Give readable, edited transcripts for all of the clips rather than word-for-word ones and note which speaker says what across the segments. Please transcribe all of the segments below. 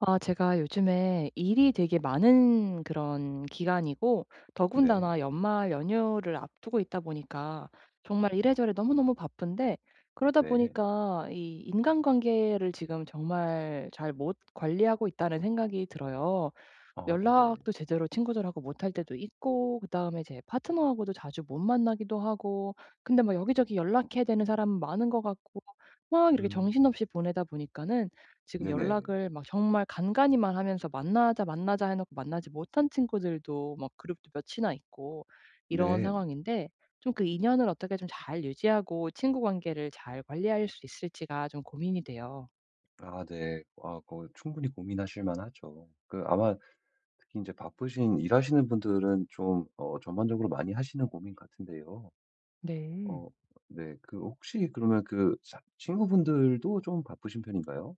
Speaker 1: 아 제가 요즘에 일이 되게 많은 그런 기간이고,
Speaker 2: 네.
Speaker 1: 더군다나 연말 연휴를 앞두고 있다 보니까 정말 이래저래 너무너무 바쁜데, 그러다
Speaker 2: 네.
Speaker 1: 보니까 이 인간관계를 지금 정말 잘 못 관리하고 있다는 생각이 들어요.
Speaker 2: 아 네네.
Speaker 1: 연락도 제대로 친구들하고 못할 때도 있고, 그다음에 이제 파트너하고도 자주 못 만나기도 하고, 근데 막 여기저기 연락해야 되는 사람은 많은 것 같고, 막 이렇게
Speaker 2: 음.
Speaker 1: 정신없이 보내다 보니까는 지금
Speaker 2: 네네.
Speaker 1: 연락을 막 정말 간간이만 하면서 만나자, 만나자 해 놓고 만나지 못한 친구들도 막 그룹도 몇이나 있고 이런
Speaker 2: 네.
Speaker 1: 상황인데, 좀 그 인연을 어떻게 좀 잘 유지하고 친구 관계를 잘 관리할 수 있을지가 좀 고민이 돼요.
Speaker 2: 아 네. 아 그거 충분히 고민하실 만하죠. 그 아마 특히 이제 바쁘신 일하시는 분들은 좀 전반적으로 많이 하시는 고민 같은데요.
Speaker 1: 네.
Speaker 2: 어 네. 그 혹시 그러면 그 자 친구분들도 좀 바쁘신 편인가요?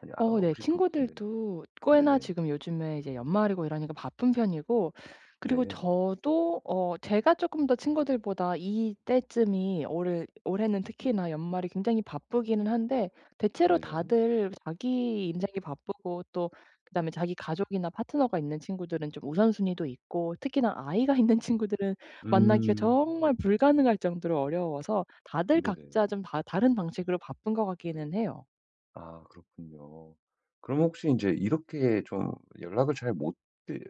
Speaker 2: 아니 아
Speaker 1: 네.
Speaker 2: 혹시 그 네.
Speaker 1: 친구들도 꽤나
Speaker 2: 네네.
Speaker 1: 지금 요즘에 이제 연말이고 이러니까 바쁜 편이고, 그리고
Speaker 2: 네.
Speaker 1: 저도 제가 쪼끔 더 친구들보다 이때쯤이 올해는 특히나 연말이 굉장히 바쁘기는 한데, 대체로
Speaker 2: 네네.
Speaker 1: 다들 자기 인생이 바쁘고, 또 그다음에 자기 가족이나 파트너가 있는 친구들은 좀 우선순위도 있고, 특히나 아이가 있는 친구들은 만나기가
Speaker 2: 음.
Speaker 1: 정말 불가능할 정도로 어려워서, 다들
Speaker 2: 네네.
Speaker 1: 각자 좀 다 다른 방식으로 바쁜 것 같기는 해요.
Speaker 2: 아 그렇군요. 그럼 혹시 이제 이렇게 좀 연락을 잘 못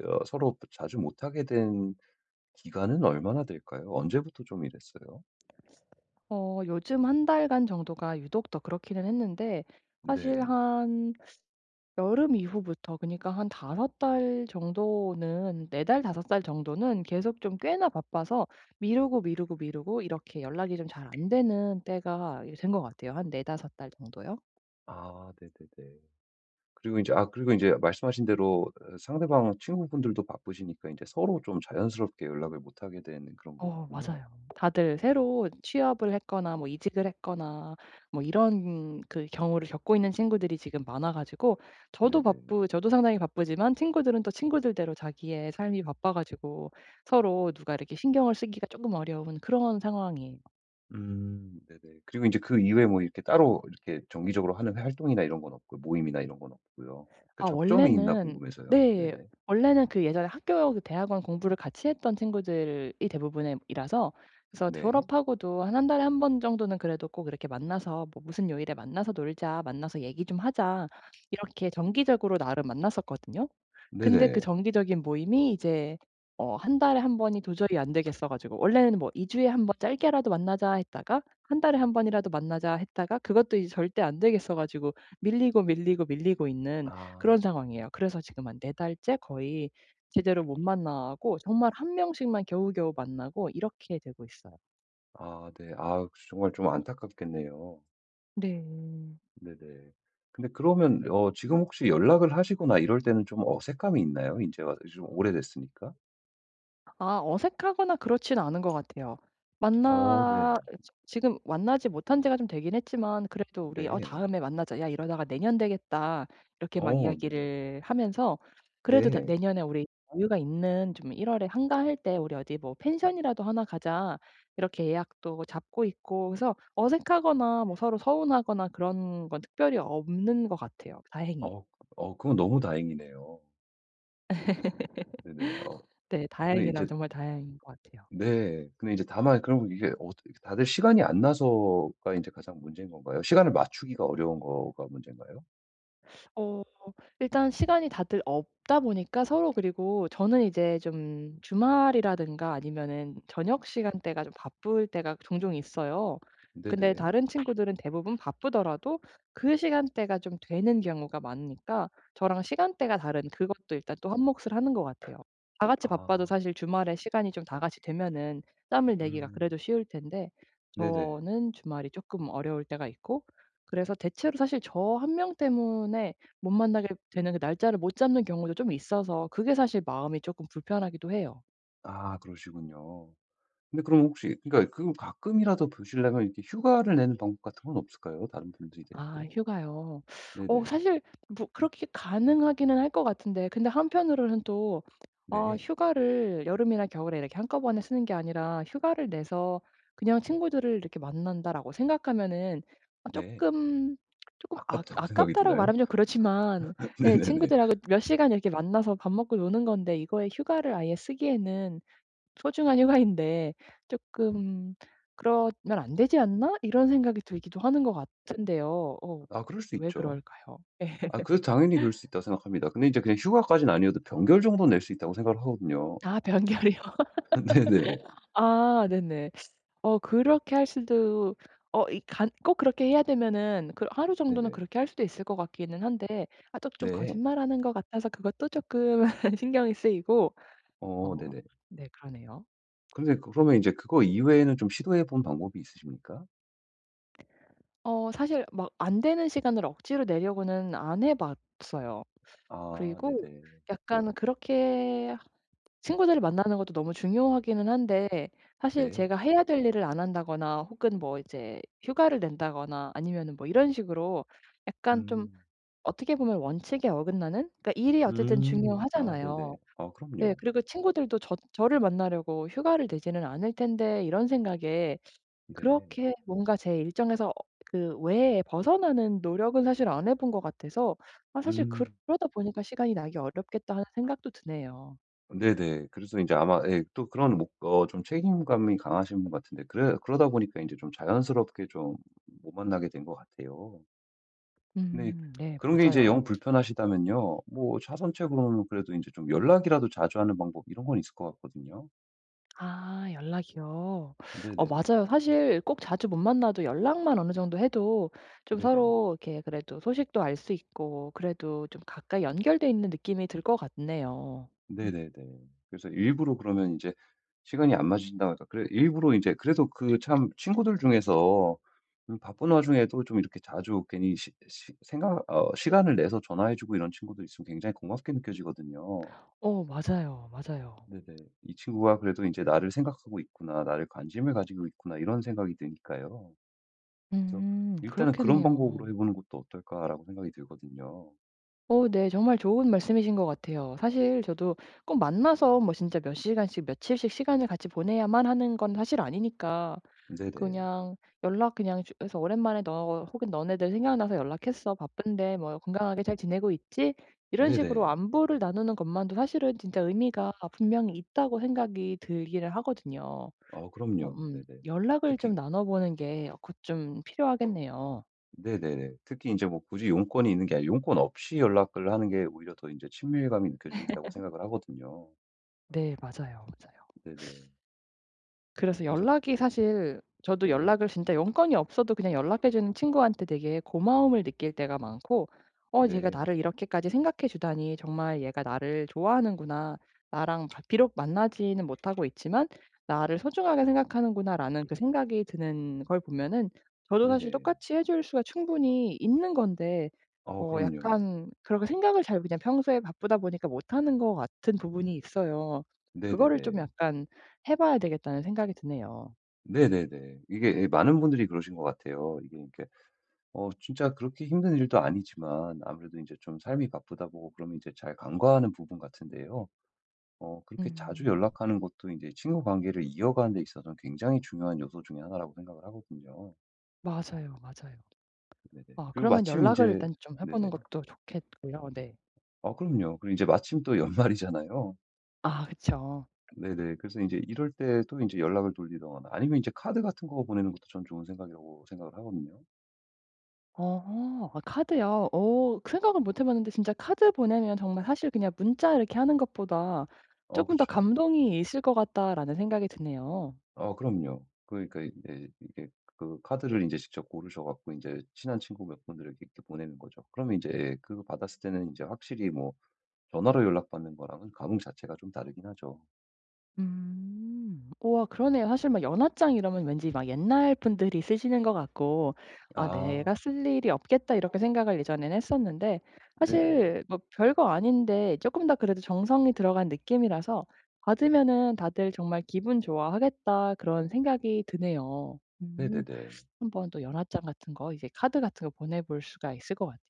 Speaker 2: 어 서로 자주 못하게 된 기간은 얼마나 될까요? 언제부터 좀 이랬어요?
Speaker 1: 요즘 한 달간 정도가 유독 더 그렇기는 했는데, 사실
Speaker 2: 네.
Speaker 1: 한 여름 이후부터 그니까 러한 다섯 달 정도는, 네 달, 다섯 달 정도는 계속 좀 꽤나 바빠서 미루고, 미루고, 미루고 이렇게 연락이 좀 잘 안 되는 때가 된 것 같아요. 한 네 다섯 달 정도요.
Speaker 2: 아 네네네. 그리고 이제 말씀하신 대로 상대방 친구분들도 바쁘시니까 이제 서로 좀 자연스럽게 연락을 못하게 되는 그런 거군요.
Speaker 1: 맞아요. 다들 새로 취업을 했거나, 뭐 이직을 했거나, 뭐 이런 그 경우를 겪고 있는 친구들이 지금 많아 가지고,
Speaker 2: 네네.
Speaker 1: 저도 상당히 바쁘지만, 친구들은 또 친구들대로 자기의 삶이 바빠 가지고, 서로 누가 이렇게 신경을 쓰기가 조금 어려운 그런 상황이에요.
Speaker 2: 네네. 그리고 이제 그 이후에 뭐 이렇게 따로 이렇게 정기적으로 하는 활동이나 이런 건 없고요. 모임이나 이런 건 없고요. 그
Speaker 1: 아
Speaker 2: 접점이 있나
Speaker 1: 원래는
Speaker 2: 궁금해서요.
Speaker 1: 네.
Speaker 2: 네네.
Speaker 1: 원래는 그 예전에 학교 그 대학원 공부를 같이 했던 친구들이 대부분이라서, 그래서
Speaker 2: 네.
Speaker 1: 졸업하고도 한 한 달에 한 번 정도는 그래도 꼭 이렇게 만나서 뭐 "무슨 요일에 만나서 놀자. 만나서 얘기 좀 하자." 이렇게 정기적으로 나름 만났었거든요. 근데 그
Speaker 2: 네네.
Speaker 1: 정기적인 모임이 이제 한 달에 한 번이 도저히 안 되겠어 가지고, 원래는 뭐 2주 주에 한 번 짧게라도 만나자 했다가, 한 달에 한 번이라도 만나자 했다가, 그것도 이제 절대 안 되겠어 가지고 밀리고, 밀리고, 밀리고 있는
Speaker 2: 아.
Speaker 1: 그런 상황이에요. 그래서 지금 한 네 달째 거의 제대로 못 만나고, 정말 한 명씩만 겨우겨우 만나고 이렇게 되고 있어요.
Speaker 2: 아 네. 아 정말 좀 안타깝겠네요.
Speaker 1: 네.
Speaker 2: 네네. 근데 그러면 지금 혹시 연락을 하시거나 이럴 때는 좀 어색함이 있나요? 이제 와 좀 오래됐으니까?
Speaker 1: 아 어색하거나 그렇진 않은 것 같아요.
Speaker 2: 어
Speaker 1: 만나
Speaker 2: 네.
Speaker 1: 지금 만나지 못한 지가 좀 되긴 했지만, 그래도 우리 "어
Speaker 2: 네.
Speaker 1: 다음에 만나자. 야 이러다가 내년 되겠다." 이렇게 막
Speaker 2: 어 네네.
Speaker 1: 이야기를 하면서 그래도 다
Speaker 2: 네.
Speaker 1: "내년에 우리 여유가 있는 좀 1월 월에 한가할 때 우리 어디 뭐 펜션이라도 하나 가자." 이렇게 예약도 잡고 있고, 그래서 어색하거나 뭐 서로 서운하거나 그런 건 특별히 없는 것 같아요, 다행히.
Speaker 2: 어 어 그건 너무 다행이네요. 네네. 어
Speaker 1: 네,
Speaker 2: 근데 이
Speaker 1: 다행이라면
Speaker 2: 제
Speaker 1: 정말 다행인 것 같아요.
Speaker 2: 네. 근데 이제 다만 그럼 이게 어 다들 시간이 안 나서가 이제 가장 문제인 건가요? 시간을 맞추기가 어려운 거가 문제인가요?
Speaker 1: 어 일단 시간이 다들 없다 보니까 서로, 그리고 저는 이제 좀 주말이라든가 아니면은 저녁 시간대가 좀 바쁠 때가 종종 있어요. 근데
Speaker 2: 네네.
Speaker 1: 다른 친구들은 대부분 바쁘더라도 그 시간대가 좀 되는 경우가 많으니까, 저랑 시간대가 다른 그것도 일단 또 한몫을 하는 것 같아요. 다 같이 바빠도
Speaker 2: 아.
Speaker 1: 사실 주말에 시간이 좀 다 같이 되면은 짬을 내기가
Speaker 2: 음.
Speaker 1: 그래도 쉬울 텐데,
Speaker 2: 네네.
Speaker 1: 저는 주말이 조금 어려울 때가 있고, 그래서 대체로 사실 저 한 명 때문에 못 만나게 되는 그 날짜를 못 잡는 경우도 좀 있어서, 그게 사실 마음이 조금 불편하기도 해요.
Speaker 2: 아 그러시군요. 근데 그럼 혹시 그러니까 그걸 가끔이라도 보시려면 이렇게 휴가를 내는 방법 같은 건 없을까요? 다른 분들이 될
Speaker 1: 아
Speaker 2: 때?
Speaker 1: 휴가요.
Speaker 2: 네네.
Speaker 1: 사실 뭐 그렇게 가능하기는 할 것 같은데, 근데 한편으로는 또 아
Speaker 2: 네.
Speaker 1: 휴가를 여름이나 겨울에 이렇게 한꺼번에 쓰는 게 아니라 '휴가를 내서 그냥 친구들을 이렇게 만난다.'라고 생각하면은 아
Speaker 2: 네.
Speaker 1: 쪼끔 쪼아
Speaker 2: 아깝다고 생각이
Speaker 1: 아깝다라고
Speaker 2: 드나요?
Speaker 1: 말하면 좀 그렇지만, 예
Speaker 2: 네네네.
Speaker 1: 친구들하고 몇 시간 이렇게 만나서 밥 먹고 노는 건데, 이거에 휴가를 아예 쓰기에는 소중한 휴가인데 조금 '그러면 안 되지 않나?' 이런 생각이 들기도 하는 것 같은데요.
Speaker 2: 아 그럴 수
Speaker 1: 왜
Speaker 2: 있죠.
Speaker 1: 그럴까요? 예.
Speaker 2: 아 그래서 당연히 그럴 수 있다고 생각합니다. 근데 이제 그냥 휴가까지는 아니어도 병결 정도는 낼 수 있다고 생각을 하거든요.
Speaker 1: 아 변결이요.
Speaker 2: 네네.
Speaker 1: 아 네네. 그렇게 할 수도, 어 이 간 꼭 그렇게 해야 되면은 그 하루 정도는
Speaker 2: 네네.
Speaker 1: 그렇게 할 수도 있을 것 같기는 한데, 아 또 좀
Speaker 2: 네.
Speaker 1: 거짓말하는 것 같아서 그것도 조금 신경이 쓰이고, 어
Speaker 2: 어 네네.
Speaker 1: 네, 그러네요.
Speaker 2: 근데 그러면 이제 그거 이외에는 좀 시도해 본 방법이 있으십니까?
Speaker 1: 사실 막 안 되는 시간을 억지로 내려고는 안 해 봤어요.
Speaker 2: 아
Speaker 1: 그리고
Speaker 2: 네네.
Speaker 1: 약간 그렇게 친구들을 만나는 것도 너무 중요하기는 한데, 사실
Speaker 2: 네.
Speaker 1: 제가 해야 될 일을 안 한다거나 혹은 뭐 이제 휴가를 낸다거나 아니면은 뭐 이런 식으로 약간 좀
Speaker 2: 음.
Speaker 1: 어떻게 보면 원칙에 어긋나는, 그러니까 일이 어쨌든
Speaker 2: 음. 아
Speaker 1: 중요하잖아요.
Speaker 2: 네네. 아
Speaker 1: 네.
Speaker 2: 그럼요.
Speaker 1: 그리고 친구들도 저를 만나려고 휴가를 내지는 않을 텐데, 이런 생각에
Speaker 2: 네.
Speaker 1: 그렇게 뭔가 제 일정에서 그 외에 벗어나는 노력은 사실 안 해본 것 같아서, 아 사실
Speaker 2: 음.
Speaker 1: 그러다 보니까 '시간이 나기 어렵겠다.' 하는 생각도 드네요.
Speaker 2: 네네. 그래서 인제 아마 예 또 그런 목 어 좀 책임감이 강하신 분 같은데 그래 그러다 보니까 인제 좀 자연스럽게 좀 못 만나게 된 것 같아요. 근데
Speaker 1: 네
Speaker 2: 그런 게 이제 영
Speaker 1: 맞아요.
Speaker 2: 불편하시다면요. 뭐 차선책으로는 그래도 인제 좀 연락이라도 자주 하는 방법 이런 건 있을 것 같거든요.
Speaker 1: 아 연락이요.
Speaker 2: 네네.
Speaker 1: 맞아요. 사실 꼭 자주 못 만나도 연락만 어느 정도 해도 좀
Speaker 2: 네네.
Speaker 1: 서로 이렇게 그래도 소식도 알 수 있고, 그래도 좀 가까이 연결돼 있는 느낌이 들 것 같네요. 음.
Speaker 2: 네네네. 그래서 일부러 그러면 이제 시간이 안 맞으신다고 하니까 그래 일부러 이제 그래도 그 참 친구들 중에서 바쁜 와중에도 좀 이렇게 자주 괜히 시 시 생각 어 시간을 내서 전화해 주고 이런 친구들 있으면 굉장히 고맙게 느껴지거든요.
Speaker 1: 맞아요, 맞아요.
Speaker 2: 네네. '이 친구가 그래도 인제 나를 생각하고 있구나. 나를 관심을 가지고 있구나.' 이런 생각이 드니까요. 그래서 일단은 '그런
Speaker 1: 그렇겠네요.
Speaker 2: 방법으로 해 보는 것도 어떨까.'라고 생각이 들거든요.
Speaker 1: 네. 정말 좋은 말씀이신 것 같아요. 사실 저도 꼭 만나서 뭐 진짜 몇 시간씩 며칠씩 시간을 같이 보내야만 하는 건 사실 아니니까,
Speaker 2: 네네.
Speaker 1: 그냥 연락 그냥 주 해서 "오랜만에 너 혹은 너네들 생각나서 연락했어. 바쁜데 뭐 건강하게 잘 지내고 있지?" 이런 식으로
Speaker 2: 네네.
Speaker 1: 안부를 나누는 것만도 사실은 진짜 의미가 분명히 있다고 생각이 들기는 하거든요.
Speaker 2: 어 그럼요. 네네.
Speaker 1: 연락을 좀
Speaker 2: 특히
Speaker 1: 나눠 보는 게 곧 좀 필요하겠네요.
Speaker 2: 네네네. 특히 이제 뭐 굳이 용건이 있는 게 아니라 용건 없이 연락을 하는 게 오히려 더 이제 친밀감이 느껴진다고 생각을 하거든요.
Speaker 1: 네. 맞아요, 맞아요.
Speaker 2: 네네.
Speaker 1: 그래서
Speaker 2: 그래서
Speaker 1: 연락이 사실 저도
Speaker 2: 네.
Speaker 1: 연락을 진짜 용건이 없어도 그냥 연락해 주는 친구한테 되게 고마움을 느낄 때가 많고, '어 얘가
Speaker 2: 네.
Speaker 1: 나를 이렇게까지 생각해 주다니 정말 얘가 나를 좋아하는구나. 나랑 바- 비록 만나지는 못하고 있지만 나를 소중하게 생각하는구나.'라는 그 생각이 드는 걸 보면은, 저도 사실
Speaker 2: 네네.
Speaker 1: 똑같이 해줄 수가 충분히 있는 건데,
Speaker 2: 어 그럼요.
Speaker 1: 약간 그렇게 생각을 잘 그냥 평소에 바쁘다 보니까 못 하는 것 같은 부분이 있어요. 그거를 좀
Speaker 2: 네네네.
Speaker 1: 약간 해 봐야 되겠다는 생각이 드네요.
Speaker 2: 네네네. 이게 예 많은 분들이 그러신 것 같아요. 이게 이렇게 어 진짜 그렇게 힘든 일도 아니지만 아무래도 이제 좀 삶이 바쁘다 보고 그러면 이제 잘 간과하는 부분 같은데요. 어 그렇게 자주
Speaker 1: 음.
Speaker 2: 연락하는 것도 이제 친구 관계를 이어가는 데 있어서는 굉장히 중요한 요소 중에 하나라고 생각을 하거든요.
Speaker 1: 맞아요, 맞아요.
Speaker 2: 네네.
Speaker 1: 아
Speaker 2: 그리고
Speaker 1: 그러면
Speaker 2: 마침 이
Speaker 1: 연락을
Speaker 2: 제
Speaker 1: 일단 좀 해 보는
Speaker 2: 네네.
Speaker 1: 것도 좋겠고요. 네.
Speaker 2: 아 그럼요. 그리고 제 마침 또 연말이잖아요.
Speaker 1: 아 그쵸.
Speaker 2: 네네. 그래서 이제 이럴 때 또 이제 연락을 돌리거나 아니면 이제 카드 같은 거 보내는 것도 전 좋은 생각이라고 생각을 하거든요.
Speaker 1: 어. 아 카드요. 그 생각은 못 해 봤는데, 진짜 카드 보내면 정말 사실 그냥 문자 이렇게 하는 것보다
Speaker 2: 어
Speaker 1: 조금 더
Speaker 2: 그쵸.
Speaker 1: 감동이 있을 것 같다.'라는 생각이 드네요.
Speaker 2: 아 그럼요. 그러니까 이제 이게 그 카드를 이제 직접 고르셔 갖고 이제 친한 친구 몇 분들에게 이렇게 보내는 거죠. 그러면 이제 그거 받았을 때는 이제 확실히 뭐 전화로 연락받는 거랑은 감흥 자체가 좀 다르긴 하죠.
Speaker 1: 음. 우와 그러네요. 사실 막 연하장 이러면 왠지 막 옛날 분들이 쓰시는 것 같고 '아
Speaker 2: 아.
Speaker 1: 내가 쓸 일이 없겠다.' 이렇게 생각을 예전엔 했었는데,
Speaker 2: 네네.
Speaker 1: 사실 뭐 별거 아닌데 조금 더 그래도 정성이 들어간 느낌이라서 받으면은 '다들 정말 기분 좋아하겠다.' 그런 생각이 드네요.
Speaker 2: 네네네.
Speaker 1: 한번 또 연하장 같은 거, 이제 카드 같은 거 보내 볼 수가 있을 것 같아요.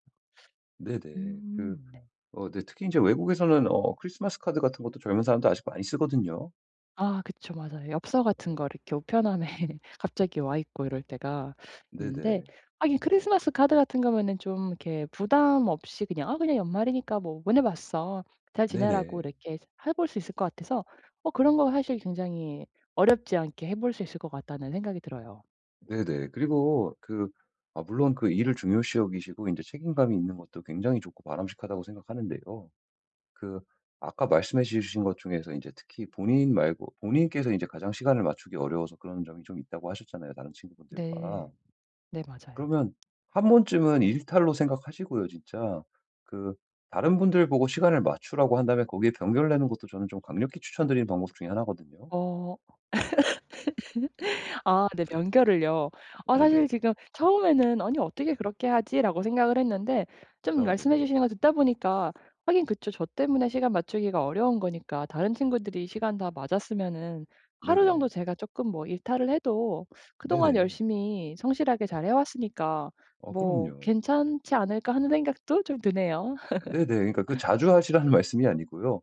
Speaker 2: 네네. 그
Speaker 1: 음. 네.
Speaker 2: 어 네. 특히 이제 외국에서는 크리스마스 카드 같은 것도 젊은 사람들 아직 많이 쓰거든요.
Speaker 1: 아 그쵸. 맞아요. 엽서 같은 거 이렇게 우편함에 갑자기 와 있고 이럴 때가 있는데,
Speaker 2: 네네.
Speaker 1: 하긴 크리스마스 카드 같은 거면은 좀 이렇게 부담 없이 그냥 '아 그냥 연말이니까 뭐 보내봤어. 잘 지내라고.'
Speaker 2: 네네.
Speaker 1: 이렇게 해볼 수 있을 것 같아서, 그런 거 사실 굉장히 어렵지 않게 해볼 수 있을 것 같다는 생각이 들어요.
Speaker 2: 네네. 그리고 그 아 물론 그 일을 중요시 여기시고 이제 책임감이 있는 것도 굉장히 좋고 바람직하다고 생각하는데요. 그 아까 말씀해 주신 것 중에서 이제 특히 본인 말고 본인께서 이제 가장 시간을 맞추기 어려워서 그런 점이 좀 있다고 하셨잖아요, 다른 친구분들과.
Speaker 1: 네. 네 맞아요.
Speaker 2: 그러면 한 번쯤은 일탈로 생각하시고요 진짜. 그 다른 분들 보고 시간을 맞추라고 한 다음에 거기에 병결 내는 것도 저는 좀 강력히 추천드리는 방법 중에 하나거든요.
Speaker 1: 어 네, 명절을요. 아 사실
Speaker 2: 네네. 그
Speaker 1: 지금 처음에는 '아니 어떻게 그렇게 하지?'라고 생각을 했는데, 좀
Speaker 2: 아
Speaker 1: 말씀해
Speaker 2: 네네.
Speaker 1: 주시는 거 듣다 보니까 하긴 그쵸. 저 때문에 시간 맞추기가 어려운 거니까, 다른 친구들이 시간 다 맞았으면은 하루 정도
Speaker 2: 네네.
Speaker 1: 제가 쪼끔 뭐 일탈을 해도, 그동안
Speaker 2: 네네.
Speaker 1: 열심히 성실하게 잘해 왔으니까
Speaker 2: 아
Speaker 1: 뭐
Speaker 2: 그럼요.
Speaker 1: '괜찮지 않을까.' 하는 생각도 좀 드네요.
Speaker 2: 네네. 그러니까 그 자주 하시라는 말씀이 아니고요.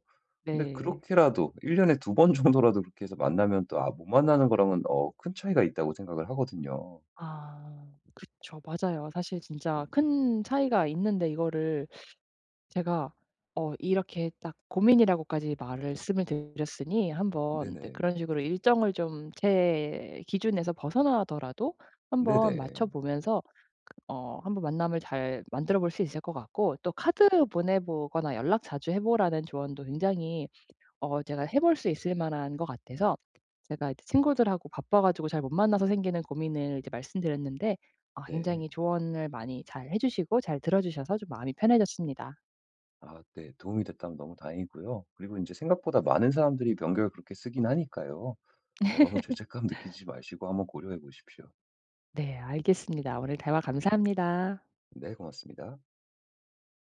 Speaker 2: 근데
Speaker 1: 네.
Speaker 2: 그렇게라도 1 년에 두 번 정도라도 그렇게 해서 만나면 또 아 못 만나는 거랑은 어 큰 차이가 있다고 생각을 하거든요.
Speaker 1: 아 그쵸. 맞아요. 사실
Speaker 2: 네
Speaker 1: 진짜 큰 차이가 있는데, 이거를 제가 이렇게 딱 고민이라고까지 말을 쓰면 드렸으니, 한번 네
Speaker 2: 네네.
Speaker 1: 그런 식으로 일정을 좀 제 기준에서 벗어나더라도 한번 맞춰
Speaker 2: 네네.
Speaker 1: 보면서 한번 만남을 잘 만들어 볼 수 있을 것 같고, 또 카드 보내 보거나 연락 자주 해 보라는 조언도 굉장히 제가 해볼 수 있을 만한 것 같아서, 제가 이제 친구들하고 바빠 가지고 잘 못 만나서 생기는 고민을 이제 말씀드렸는데, 아 굉장히
Speaker 2: 네.
Speaker 1: 조언을 많이 잘 해 주시고 잘 들어 주셔서 좀 마음이 편해졌습니다.
Speaker 2: 아 네. 도움이 됐다면 너무 다행이고요. 그리고 이제 생각보다 많은 사람들이 명절 그렇게 쓰긴 하니까요. 어 너무 죄책감 느끼지 마시고 한번 고려해 보십시오.
Speaker 1: 네 알겠습니다. 오늘 대화 감사합니다.
Speaker 2: 네 고맙습니다.